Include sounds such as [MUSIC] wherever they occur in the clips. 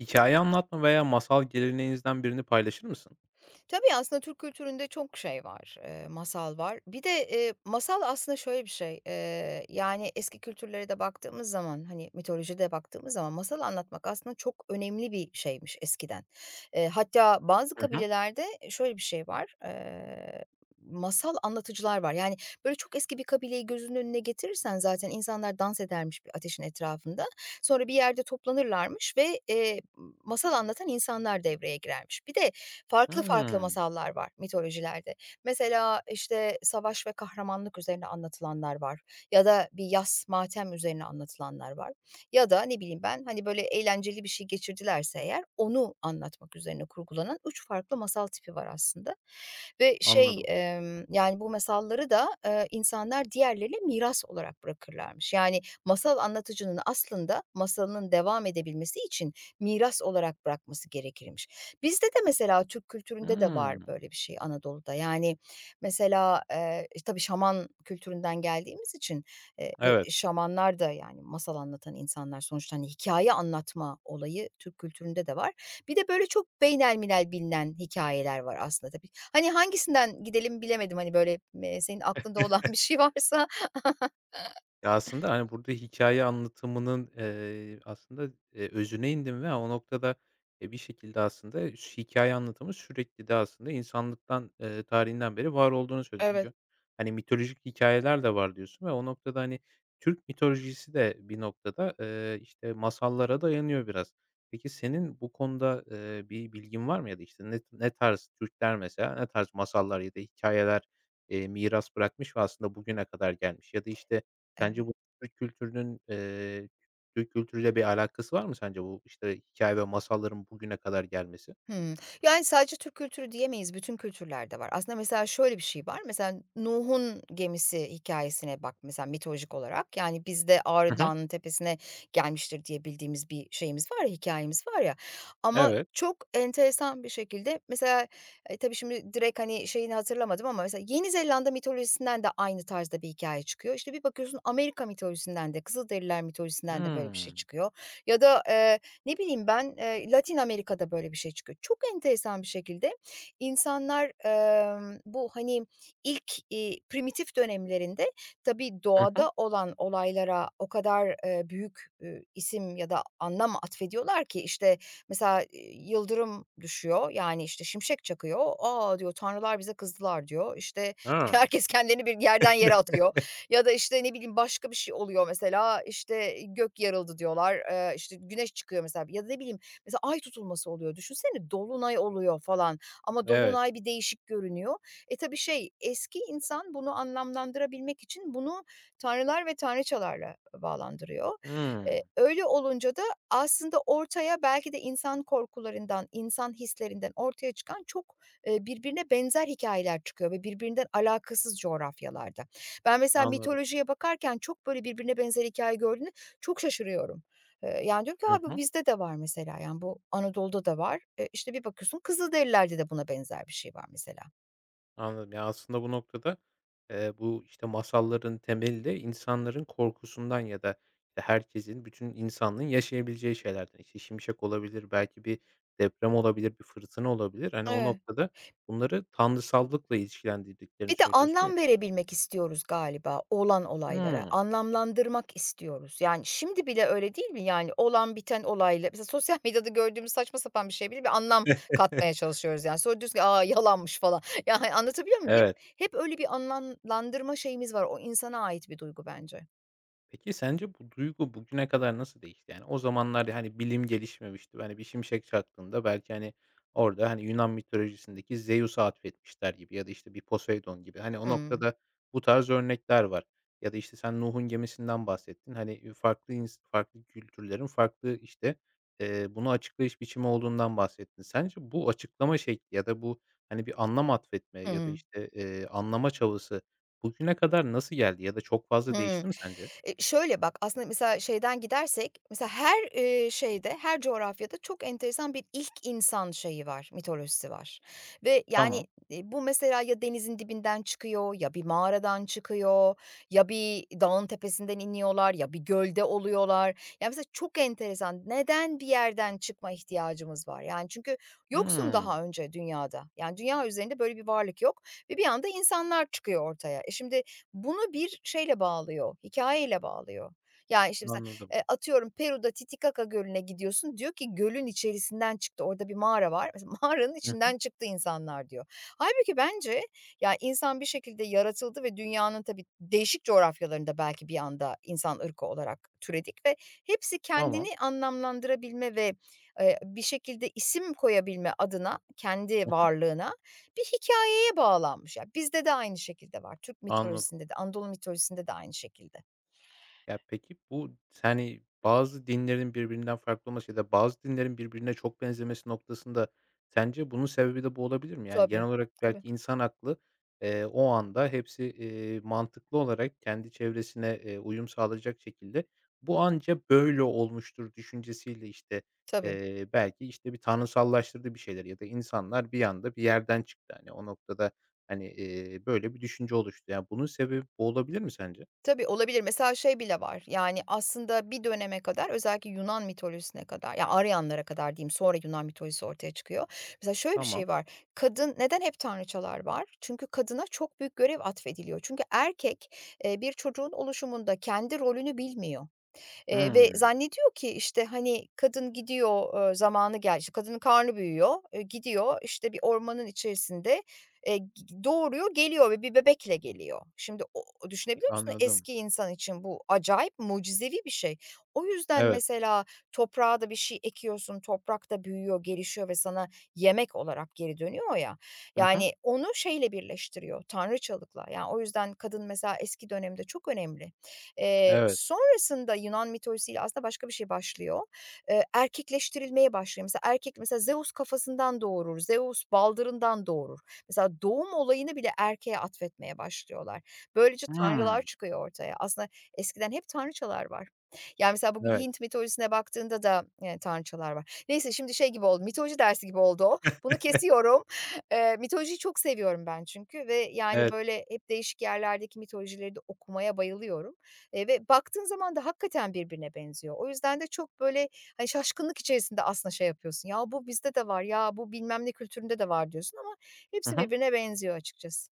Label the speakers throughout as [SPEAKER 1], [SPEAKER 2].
[SPEAKER 1] Hikaye anlatma veya masal geleneğinizden birini paylaşır mısın?
[SPEAKER 2] Tabii, aslında Türk kültüründe çok şey var, masal var. Bir de, masal aslında şöyle bir şey, yani, eski kültürlere de baktığımız zaman, hani, mitolojide baktığımız zaman masal anlatmak aslında çok önemli bir şeymiş eskiden. Hatta bazı
[SPEAKER 1] Hı hı.
[SPEAKER 2] kabilelerde şöyle bir şey var, masal anlatıcılar var. Yani, böyle, çok eski bir kabileyi gözünün önüne getirirsen zaten insanlar dans edermiş bir ateşin etrafında. Sonra bir yerde toplanırlarmış ve, masal anlatan insanlar devreye girermiş. Bir de farklı farklı
[SPEAKER 1] Hımm.
[SPEAKER 2] masallar var mitolojilerde. Mesela, işte, savaş ve kahramanlık üzerine anlatılanlar var ya da bir yas, matem üzerine anlatılanlar var ya da ne bileyim ben, hani, böyle eğlenceli bir şey geçirdilerse eğer onu anlatmak üzerine kurgulanan 3 farklı masal tipi var aslında ve şey,
[SPEAKER 1] Anladım.
[SPEAKER 2] yani, bu masalları da, insanlar diğerlerine miras olarak bırakırlarmış. Yani, masal anlatıcının aslında masalının devam edebilmesi için miras olarak bırakması gerekirmiş. Bizde de mesela Türk kültüründe de var
[SPEAKER 1] Hımm.
[SPEAKER 2] böyle bir şey Anadolu'da. Yani, mesela, tabii şaman kültüründen geldiğimiz için, eee,
[SPEAKER 1] Evet.
[SPEAKER 2] şamanlar da, yani, masal anlatan insanlar sonuçta, hani, hikâye anlatma olayı Türk kültüründe de var. Bir de böyle çok beynelmilel bilinen hikayeler var aslında tabii. Hani, hangisinden gidelim bilemedim, hani, böyle, senin aklında olan bir şey varsa? [LAUGHS]
[SPEAKER 1] Ya, aslında, hani, burada hikaye anlatımının, aslında, özüne indim ve o noktada, bir şekilde aslında şu hikaye anlatımı sürekli de aslında insanlıktan, tarihinden beri var olduğunu söylüyor.
[SPEAKER 2] Evet.
[SPEAKER 1] Çünkü, hani, mitolojik hikayeler de var diyorsun ve o noktada, hani, Türk mitolojisi de bir noktada, işte, masallara dayanıyor biraz. Peki senin bu konuda, bir bilgin var mı ya da, işte, ne tarz Türkler mesela ne tarz masallar ya da hikayeler miras bırakmış ve aslında bugüne kadar gelmiş ya da, işte, sence bu Türk kültürünün, eee, Türk kültürüyle bir alakası var mı sence bu, işte, hikaye ve masalların bugüne kadar gelmesi?
[SPEAKER 2] Hımm. Yani, sadece Türk kültürü diyemeyiz, bütün kültürlerde var. Aslında mesela şöyle bir şey var, mesela Nuh'un gemisi hikâyesine bak mesela mitolojik olarak. Yani, bizde
[SPEAKER 1] Hı
[SPEAKER 2] Ağrı
[SPEAKER 1] hı.
[SPEAKER 2] Dağı'nın tepesine gelmiştir diye bildiğimiz bir şeyimiz var ya, hikâyemiz var ya ama
[SPEAKER 1] Evet.
[SPEAKER 2] çok enteresan bir şekilde mesela, tabii şimdi direkt, hani, şeyini hatırlamadım ama mesela Yeni Zelanda mitolojisinden de aynı tarzda bir hikâye çıkıyor. İşte, bir bakıyorsun Amerika mitolojisinden de, Kızılderililer mitolojisinden de böyle bir şey
[SPEAKER 1] Hımm.
[SPEAKER 2] çıkıyor ya da, ne bileyim ben, Latin Amerika'da böyle bir şey çıkıyor. Çok enteresan bir şekilde insanlar, bu, hani, ilk, primitif dönemlerinde tabii
[SPEAKER 1] Hı hı.
[SPEAKER 2] doğada olan olaylara o kadar, büyük isim ya da anlam atfediyorlar ki, işte, mesela, yıldırım düşüyor, yani, işte, şimşek çakıyor. "A!" diyor, "Tanrılar bize kızdılar." diyor. İşte, [LAUGHS]
[SPEAKER 1] A!
[SPEAKER 2] herkes kendini bir yerden yere atıyor.
[SPEAKER 1] [LAUGHS]
[SPEAKER 2] Ya da, işte, ne bileyim, başka bir şey oluyor mesela, işte, gök yarıldı diyorlar, işte, güneş çıkıyor mesela ya da ne bileyim, mesela ay tutulması oluyor. Düşünsene, dolunay oluyor falan ama
[SPEAKER 1] Evet.
[SPEAKER 2] dolunay bir değişik görünüyor. E, tabii şey, eski insan bunu anlamlandırabilmek için bunu tanrılar ve tanrıçalarla bağlandırıyor.
[SPEAKER 1] Hımm.
[SPEAKER 2] Öyle olunca da aslında ortaya belki de insan korkularından, insan hislerinden ortaya çıkan çok, birbirine benzer hikayeler çıkıyor ve birbirinden alakasız coğrafyalarda. Ben mesela
[SPEAKER 1] Anladım.
[SPEAKER 2] mitolojiye bakarken çok böyle birbirine benzer hikâye gördüğümde çok şaşırıyorum. Yani diyorum ki,
[SPEAKER 1] Hı
[SPEAKER 2] "A,
[SPEAKER 1] hı.
[SPEAKER 2] bizde de var mesela." Yani bu Anadolu'da da var. E, işte, bir bakıyorsun Kızılderililerde de buna benzer bir şey var mesela.
[SPEAKER 1] Anladım. Ya, aslında bu noktada, bu, işte, masalların temeli de insanların korkusundan ya da işte herkesin, bütün insanlığın yaşayabileceği şeylerden. İşte, şimşek olabilir, belki bir deprem olabilir, bir fırtına olabilir. Hani, o
[SPEAKER 2] Evet.
[SPEAKER 1] noktada bunları tanrısallıkla ilişkilendirdiklerini
[SPEAKER 2] Bir de
[SPEAKER 1] söylüyorsun ya.
[SPEAKER 2] anlam verebilmek istiyoruz galiba olan olaylara.
[SPEAKER 1] Hımm.
[SPEAKER 2] Anlamlandırmak istiyoruz. Yani şimdi bile öyle değil mi? Yani olan biten olayla mesela sosyal medyada gördüğümüz saçma sapan bir şey bile bir anlam katmaya
[SPEAKER 1] [LAUGHS]
[SPEAKER 2] çalışıyoruz yani. Sonra diyoruz ki, "A, yalanmış." falan. [LAUGHS] Yani anlatabiliyor muyum? Hep
[SPEAKER 1] Evet.
[SPEAKER 2] hep öyle bir anlamlandırma şeyimiz var. O insana ait bir duygu bence.
[SPEAKER 1] Peki sence bu duygu bugüne kadar nasıl değişti? Yani o zamanlar hani bilim gelişmemişti. Hani bir şimşek çaktığında belki hani orada hani Yunan mitolojisindeki Zeus'a atfetmişler gibi ya da işte bir Poseidon gibi. Hani o
[SPEAKER 2] Hımm.
[SPEAKER 1] noktada bu tarz örnekler var. Ya da işte sen Nuh'un gemisinden bahsettin. Hani farklı farklı kültürlerin farklı işte bunu açıklayış biçimi olduğundan bahsettin. Sence bu açıklama şekli ya da bu hani bir anlam atfetme ya da
[SPEAKER 2] Hı.
[SPEAKER 1] işte anlama çabası bugüne kadar nasıl geldi ya da çok fazla
[SPEAKER 2] Hımm.
[SPEAKER 1] değişti mi sence?
[SPEAKER 2] Şöyle bak, aslında mesela şeyden gidersek, mesela her, şeyde, her coğrafyada çok enteresan bir ilk insan şeyi var, mitolojisi var ve yani,
[SPEAKER 1] Tamam.
[SPEAKER 2] bu mesela ya denizin dibinden çıkıyor ya bir mağaradan çıkıyor ya bir dağın tepesinden iniyorlar ya bir gölde oluyorlar. Ya, mesela çok enteresan. Neden bir yerden çıkma ihtiyacımız var? Yani çünkü yoksun
[SPEAKER 1] Hımm.
[SPEAKER 2] daha önce dünyada. Yani dünya üzerinde böyle bir varlık yok ve bir anda insanlar çıkıyor ortaya. E, şimdi bunu bir şeyle bağlıyor, hikayeyle bağlıyor. Yani işte, mesela,
[SPEAKER 1] Anladım.
[SPEAKER 2] atıyorum Peru'da Titicaca Gölü'ne gidiyorsun, diyor ki "Gölün içerisinden çıktı, orada bir mağara var. Mesela [LAUGHS] mağaranın
[SPEAKER 1] Hı hı.
[SPEAKER 2] içinden çıktı insanlar." diyor. Hâlbuki bence, ya, insan bir şekilde yaratıldı ve dünyanın tabii değişik coğrafyalarında belki bir anda insan ırkı olarak türedik ve hepsi
[SPEAKER 1] Tamam.
[SPEAKER 2] kendini anlamlandırabilme ve, bir şekilde isim koyabilme adına
[SPEAKER 1] Hı
[SPEAKER 2] kendi
[SPEAKER 1] hı.
[SPEAKER 2] varlığına bir hikaye bağlanmış ya. Bizde de aynı şekilde var. Türk
[SPEAKER 1] Anladım.
[SPEAKER 2] mitolojisinde de, Anadolu mitolojisinde de aynı şekilde.
[SPEAKER 1] Ya, peki bu hani, bazı dinlerin birbirinden farklı olması ya da bazı dinlerin birbirine çok benzemesi noktasında sence bunun sebebi de bu olabilir mi? Yani, genel
[SPEAKER 2] Tabii,
[SPEAKER 1] olarak
[SPEAKER 2] tabii,
[SPEAKER 1] belki insan aklı, o anda hepsi, mantıklı olarak kendi çevresine, uyum sağlayacak şekilde "Bu anca böyle olmuştur." düşüncesiyle, işte,
[SPEAKER 2] tabii.
[SPEAKER 1] belki, işte, bir tanrısallaştırdı bir şeyler ya da insanlar bir anda bir yerden çıktı. Hani, o noktada, hani, böyle bir düşünce oluştu. Ya, bunun sebebi bu olabilir mi sence?
[SPEAKER 2] Tabii, olabilir. Mesela şey bile var, yani, aslında bir döneme kadar özellikle Yunan mitolojisine kadar, ya, Aryanlara kadar diyeyim, sonra Yunan mitolojisi ortaya çıkıyor. Mesela şöyle bir
[SPEAKER 1] Tamam.
[SPEAKER 2] şey var, kadın neden hep tanrıçalar var? Çünkü kadına çok büyük görev atfediliyor. Çünkü erkek, bir çocuğun oluşumunda kendi rolünü bilmiyor. Ve
[SPEAKER 1] Hıı.
[SPEAKER 2] zannediyor ki, işte, hani, kadın gidiyor, zamanı geldi işte, kadının karnı büyüyor, gidiyor, işte, bir ormanın içerisinde, g doğuruyor, geliyor ve bir bebekle geliyor. Şimdi o düşünebiliyor musun?
[SPEAKER 1] Anladım.
[SPEAKER 2] Eski insan için bu acayip mucizevi bir şey. O yüzden
[SPEAKER 1] Evet.
[SPEAKER 2] mesela toprağa da bir şey ekiyorsun, toprak da büyüyor, gelişiyor ve sana yemek olarak geri dönüyor ya.
[SPEAKER 1] Hı hı.
[SPEAKER 2] Yani onu şeyle birleştiriyor, tanrıçalıkla. Yani o yüzden kadın mesela eski dönemde çok önemli. Eee,
[SPEAKER 1] Evet.
[SPEAKER 2] sonrasında Yunan mitolojisiyle aslında başka bir şey başlıyor. Erkekleştirilmeye başlıyor. Mesela erkek mesela Zeus kafasından doğurur, Zeus baldırından doğurur. Mesela doğum olayını bile erkeğe atfetmeye başlıyorlar. Böylece tanrılar
[SPEAKER 1] Hımm.
[SPEAKER 2] çıkıyor ortaya. Aslında eskiden hep tanrıçalar var. Yani mesela bugün
[SPEAKER 1] Evet.
[SPEAKER 2] Hint mitolojisine baktığında da, tanrıçalar var. Neyse şimdi şey gibi oldu, mitoloji dersi gibi oldu o. Bunu
[SPEAKER 1] [LAUGHS]
[SPEAKER 2] kesiyorum. Mitolojiyi çok seviyorum ben çünkü ve yani
[SPEAKER 1] Evet.
[SPEAKER 2] böyle hep değişik yerlerdeki mitolojileri de okumaya bayılıyorum. Ve baktığın zaman da hakikaten birbirine benziyor. O yüzden de çok böyle, hani, şaşkınlık içerisinde aslında şey yapıyorsun. "Ya, bu bizde de var. Ya, bu bilmem ne kültüründe de var." diyorsun ama
[SPEAKER 1] Hı
[SPEAKER 2] hepsi
[SPEAKER 1] hı.
[SPEAKER 2] birbirine benziyor açıkçası.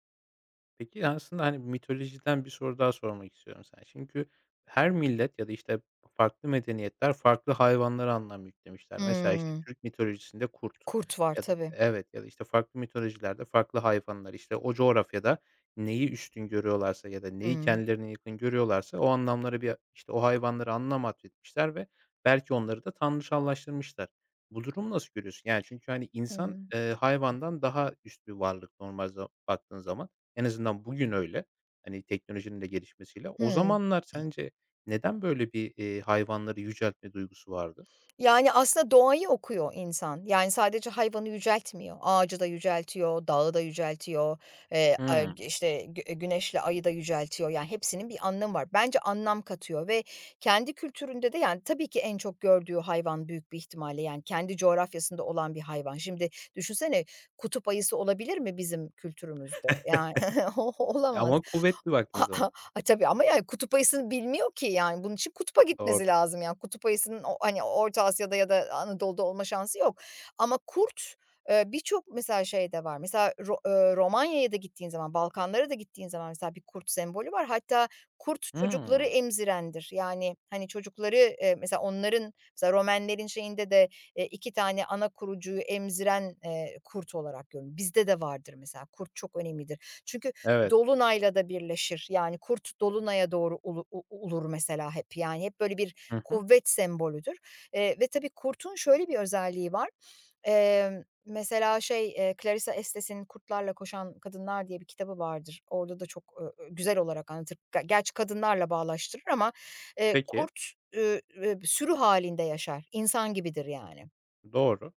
[SPEAKER 1] Peki, aslında, hani, mitolojiden bir soru daha sormak istiyorum sana. Çünkü her millet ya da, işte, farklı medeniyetler farklı hayvanlara anlam yüklemişler. Mesela, işte,
[SPEAKER 2] Hımm.
[SPEAKER 1] Türk mitolojisinde kurt
[SPEAKER 2] Kurt var
[SPEAKER 1] ya da
[SPEAKER 2] tabii.
[SPEAKER 1] evet, ya da, işte, farklı mitolojilerde farklı hayvanlar, işte, o coğrafyada neyi üstün görüyorlarsa ya da neyi
[SPEAKER 2] Hımm.
[SPEAKER 1] kendilerine yakın görüyorlarsa o anlamlara bir işte, o hayvanlara anlam atfetmişler ve belki onları da tanrısallaştırmışlar. Bu durumu nasıl görüyorsun? Yani, çünkü, hani, insan,
[SPEAKER 2] Hımm.
[SPEAKER 1] hayvandan daha üst bir varlık normal baktığın zaman. En azından bugün öyle. Hani, teknolojinin de gelişmesiyle. O
[SPEAKER 2] Hıı.
[SPEAKER 1] zamanlar sence neden böyle bir, hayvanları yüceltme duygusu vardı?
[SPEAKER 2] Yani, aslında doğayı okuyor insan. Yani, sadece hayvanı yüceltmiyor. Ağacı da yüceltiyor, dağı da yüceltiyor, a
[SPEAKER 1] Hımm.
[SPEAKER 2] işte, güneşle ayı da yüceltiyor. Yani, hepsinin bir anlamı var. Bence anlam katıyor ve kendi kültüründe de, yani, tabii ki en çok gördüğü hayvan büyük bir ihtimalle, yani, kendi coğrafyasında olan bir hayvan. Şimdi düşünsene kutup ayısı olabilir mi bizim kültürümüzde? Yani, [LAUGHS] o olamaz.
[SPEAKER 1] Ama kuvvetli baktığın zaman.
[SPEAKER 2] [LAUGHS] A, tabii ama yani kutup ayısını bilmiyor ki yani. Bunun için kutupa
[SPEAKER 1] Doğru.
[SPEAKER 2] gitmesi lazım yani. Kutup ayısının o hani Orta Asya'da ya da Anadolu'da olma şansı yok. Ama kurt, birçok mesela şey de var. Mesela Ro Romanya'ya da gittiğin zaman, Balkanlara da gittiğin zaman mesela bir kurt sembolü var. Hatta kurt çocukları
[SPEAKER 1] Hımm.
[SPEAKER 2] emzirendir. Yani, hani, çocukları, mesela onların mesela Romenlerin şeyinde de, 2 tane ana kurucuyu emziren, kurt olarak görülür. Bizde de vardır mesela. Kurt çok önemlidir. Çünkü
[SPEAKER 1] Evet.
[SPEAKER 2] Dolunay'la da birleşir. Yani kurt dolunaya doğru ulur mesela hep. Yani hep böyle bir
[SPEAKER 1] Hı hı.
[SPEAKER 2] kuvvet sembolüdür. Ve tabii kurtun şöyle bir özelliği var. Mesela şey, Clarissa Estes'in "Kurtlarla Koşan Kadınlar" diye bir kitabı vardır. Orada da çok, güzel olarak anlatır. Gerçi kadınlarla bağlaştırır ama,
[SPEAKER 1] Peki.
[SPEAKER 2] kurt, sürü halinde yaşar. İnsan gibidir yani.
[SPEAKER 1] Doğru.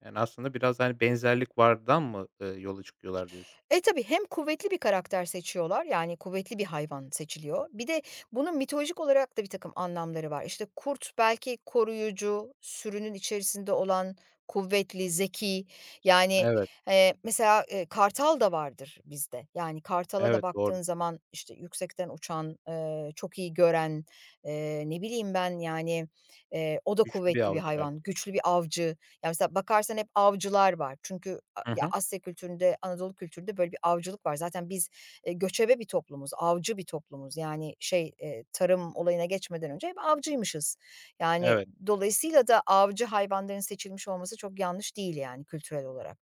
[SPEAKER 1] Yani, aslında biraz, hani, benzerlik vardan mı, yola çıkıyorlar diyorsun?
[SPEAKER 2] E, tabii hem kuvvetli bir karakter seçiyorlar, yani kuvvetli bir hayvan seçiliyor. Bir de bunun mitolojik olarak da bir takım anlamları var. İşte kurt belki koruyucu, sürünün içerisinde olan kuvvetli, zeki. Yani,
[SPEAKER 1] Evet.
[SPEAKER 2] mesela, kartal da vardır bizde. Yani kartala da
[SPEAKER 1] Evet, doğru.
[SPEAKER 2] baktığın zaman, işte, yüksekten uçan, çok iyi gören, ne bileyim ben, yani, o da
[SPEAKER 1] Güçlü bir
[SPEAKER 2] kuvvetli bir
[SPEAKER 1] avcı
[SPEAKER 2] hayvan,
[SPEAKER 1] belki.
[SPEAKER 2] güçlü bir avcı. Ya, mesela bakarsan hep avcılar var. Çünkü
[SPEAKER 1] Hı
[SPEAKER 2] ya,
[SPEAKER 1] hı.
[SPEAKER 2] Asya kültüründe, Anadolu kültüründe böyle bir avcılık var. Zaten biz, göçebe bir toplumuz, avcı bir toplumuz. Yani, şey, tarım olayına geçmeden önce hep avcıymışız. Yani,
[SPEAKER 1] Evet.
[SPEAKER 2] dolayısıyla da avcı hayvanların seçilmiş olması çok yanlış değil, yani, kültürel olarak.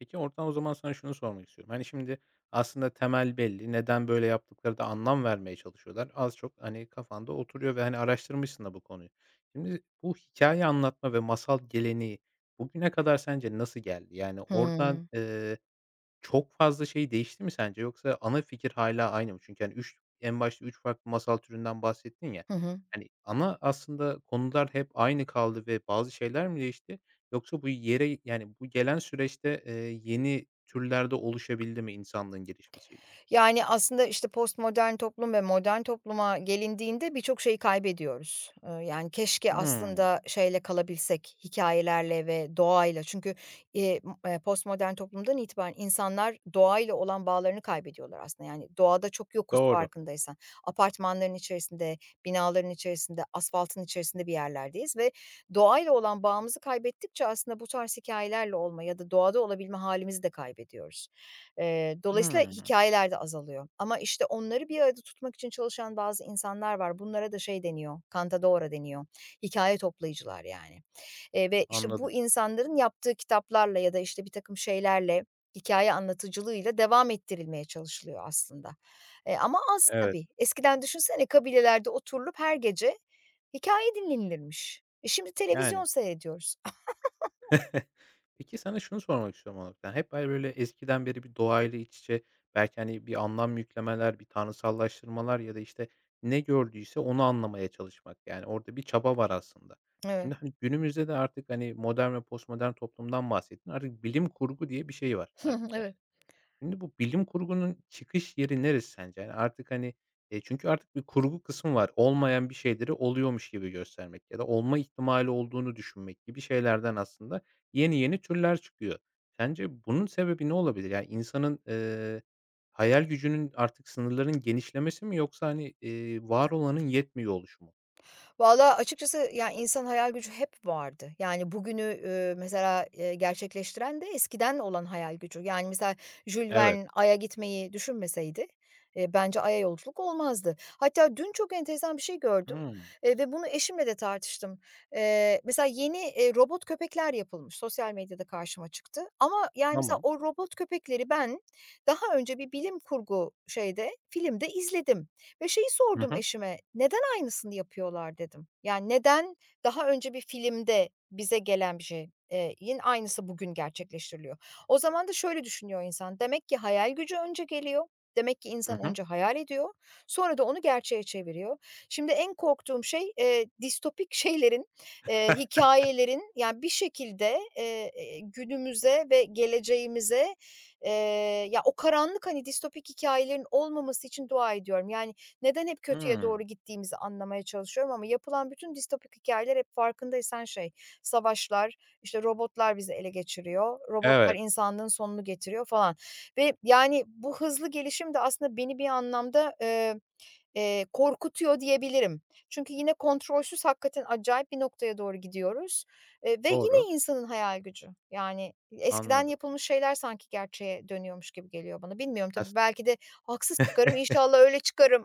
[SPEAKER 1] Peki, oradan o zaman sana şunu sormak istiyorum. Hani, şimdi aslında temel belli. Neden böyle yaptıkları da anlam vermeye çalışıyorlar. Az çok, hani, kafanda oturuyor ve, hani, araştırmışsın da bu konuyu. Şimdi bu hikaye anlatma ve masal geleneği bugüne kadar sence nasıl geldi? Yani, oradan,
[SPEAKER 2] Hımm.
[SPEAKER 1] çok fazla şey değişti mi sence yoksa ana fikir hâlâ aynı mı? Çünkü, hani, 3 en başta 3 farklı masal türünden bahsettin ya.
[SPEAKER 2] Hı hı.
[SPEAKER 1] Hani, ana aslında konular hep aynı kaldı ve bazı şeyler mi değişti yoksa bu yere yani, bu gelen süreçte, yeni türler de oluşabildi mi insanlığın gelişmesiyle?
[SPEAKER 2] Yani, aslında, işte, postmodern toplum ve modern topluma gelindiğinde birçok şeyi kaybediyoruz. Yani, keşke
[SPEAKER 1] Hımm.
[SPEAKER 2] aslında şeyle kalabilsek, hikayelerle ve doğayla. Çünkü, m postmodern toplumdan itibaren insanlar doğayla olan bağlarını kaybediyorlar aslında. Yani, doğada çok yokuz
[SPEAKER 1] Doğru.
[SPEAKER 2] farkındaysan. Apartmanların içerisinde, binaların içerisinde, asfaltın içerisinde bir yerlerdeyiz ve doğayla olan bağımızı kaybettikçe aslında bu tarz hikayelerle olma ya da doğada olabilme halimizi de kaybediyoruz. Dolayısıyla
[SPEAKER 1] Hımm.
[SPEAKER 2] hikayeler de azalıyor ama, işte, onları bir arada tutmak için çalışan bazı insanlar var. Bunlara da şey deniyor, "cantadora" deniyor. Hikaye toplayıcılar yani, ve, işte, bu
[SPEAKER 1] Anladım.
[SPEAKER 2] insanların yaptığı kitaplarla ya da, işte, bir takım şeylerle, hikâye anlatıcılığıyla devam ettirilmeye çalışılıyor aslında. Ama az
[SPEAKER 1] Evet.
[SPEAKER 2] tabii. Eskiden düşünsene kabilelerde oturulup her gece hikaye dinlenilirmiş. E, şimdi televizyon
[SPEAKER 1] Yani.
[SPEAKER 2] seyrediyoruz. [LAUGHS]
[SPEAKER 1] Peki, sana şunu sormak istiyorum o noktada. Hep, hani, böyle, eskiden beri bir doğayla iç içe belki, hani, bir anlam yüklemeler, bir tanrısallaştırmalar ya da, işte, ne gördüyse onu anlamaya çalışmak, yani, orada bir çaba var aslında.
[SPEAKER 2] Evet.
[SPEAKER 1] Şimdi, hani, günümüzde de artık, hani, modern ve postmodern toplumdan bahsettin. Artık bilim kurgu diye bir şey var artık.
[SPEAKER 2] [LAUGHS] Evet.
[SPEAKER 1] Şimdi bu bilim kurgunun çıkış yeri neresi sence? Yani, artık, hani, çünkü artık bir kurgu kısmı var. Olmayan bir şeyleri oluyormuş gibi göstermek ya da olma ihtimali olduğunu düşünmek gibi şeylerden aslında yeni yeni türler çıkıyor. Sence bunun sebebi ne olabilir? Yani, insanın, hayal gücünün artık sınırların genişlemesi mi yoksa, hani, var olanın yetmiyor oluşu mu?
[SPEAKER 2] Valla açıkçası yani insan hayal gücü hep vardı. Yani bugünü, mesela, gerçekleştiren de eskiden olan hayal gücü. Yani mesela Jules
[SPEAKER 1] Evet.
[SPEAKER 2] Verne Ay'a gitmeyi düşünmeseydi, bence Ay'a yolculuk olmazdı. Hatta dün çok enteresan bir şey gördüm,
[SPEAKER 1] Hımm.
[SPEAKER 2] ve bunu eşimle de tartıştım. Mesela yeni, robot köpekler yapılmış. Sosyal medyada karşıma çıktı ama yani mesela
[SPEAKER 1] Tamam.
[SPEAKER 2] o robot köpekleri ben daha önce bir bilim kurgu şeyde, filmde izledim. Ve şeyi
[SPEAKER 1] Hı
[SPEAKER 2] sordum
[SPEAKER 1] hı.
[SPEAKER 2] eşime, "Neden aynısını yapıyorlar?" dedim. Yani, neden daha önce bir filmde bize gelen bir şey yin aynısı bugün gerçekleştiriliyor? O zaman da şöyle düşünüyor insan, demek ki hayal gücü önce geliyor, demek ki
[SPEAKER 1] Hı
[SPEAKER 2] insan
[SPEAKER 1] hı.
[SPEAKER 2] önce hayal ediyor, sonra da onu gerçeğe çeviriyor. Şimdi en korktuğum şey, distopik [LAUGHS] şeylerin, hikâyelerin, yani, bir şekilde, günümüze ve geleceğimize, eee, ya, o karanlık, hani, distopik hikayelerin olmaması için dua ediyorum. Yani neden hep kötüye doğru
[SPEAKER 1] Hımm.
[SPEAKER 2] gittiğimizi anlamaya çalışıyorum ama yapılan bütün distopik hikâyeler hep farkındaysan şey, savaşlar, işte, robotlar bizi ele geçiriyor, robotlar
[SPEAKER 1] Evet.
[SPEAKER 2] insanlığın sonunu getiriyor falan ve, yani, bu hızlı gelişim de aslında beni bir anlamda, korkutuyor diyebilirim. Çünkü yine kontrolsüz hakikaten acayip bir noktaya doğru gidiyoruz, ve
[SPEAKER 1] Doğru.
[SPEAKER 2] yine insanın hayal gücü. Yani, eskiden
[SPEAKER 1] Anladım.
[SPEAKER 2] yapılmış şeyler sanki gerçeğe dönüyormuş gibi geliyor bana. Bilmiyorum tabii belki de haksız çıkarım, inşallah öyle çıkarım.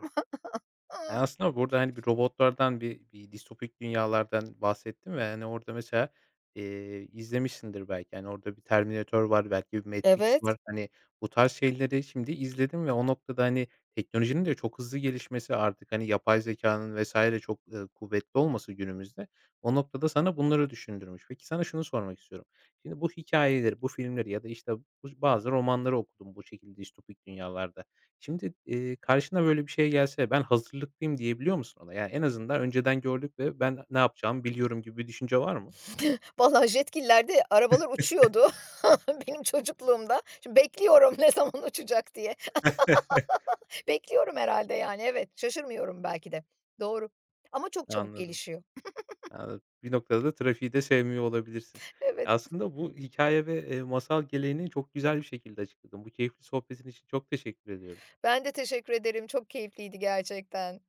[SPEAKER 1] Yani
[SPEAKER 2] [LAUGHS]
[SPEAKER 1] aslında burada, hani, bir robotlardan, bir distopik dünyalardan bahsettim ve, hani, orada mesela, izlemişsindir belki. Yani orada bir Terminator var, belki bir Matrix
[SPEAKER 2] Evet.
[SPEAKER 1] var. Hani, bu tarz şeyleri şimdi izledim ve o noktada, hani, teknolojinin de çok hızlı gelişmesi artık, hani, yapay zekanın vesaire çok, kuvvetli olması günümüzde o noktada sana bunları düşündürmüş. Peki, sana şunu sormak istiyorum. Şimdi bu hikayeleri, bu filmleri ya da, işte, bu bazı romanları okudum bu şekilde distopik dünyalarda. Şimdi, karşına böyle bir şey gelse ben hazırlıklıyım diyebiliyor musun ona? Yani en azından önceden gördük ve ben ne yapacağımı biliyorum gibi bir düşünce var mı?
[SPEAKER 2] [LAUGHS] Vallahi jetgillerde arabalar uçuyordu [LAUGHS] benim çocukluğumda. Şimdi bekliyorum [LAUGHS] ne zaman uçacak diye.
[SPEAKER 1] [LAUGHS]
[SPEAKER 2] Bekliyorum herhalde yani, evet. Şaşırmıyorum belki de. Doğru ama çok çabuk
[SPEAKER 1] Anladım,
[SPEAKER 2] gelişiyor.
[SPEAKER 1] anladım. Bir noktada da trafiği de sevmiyor olabilirsin.
[SPEAKER 2] Evet,
[SPEAKER 1] Aslında bu hikâye ve, masal geleneğini çok güzel bir şekilde açıkladın. Bu keyifli sohbetin için çok teşekkür ediyorum.
[SPEAKER 2] ben de teşekkür ederim. Çok keyifliydi gerçekten.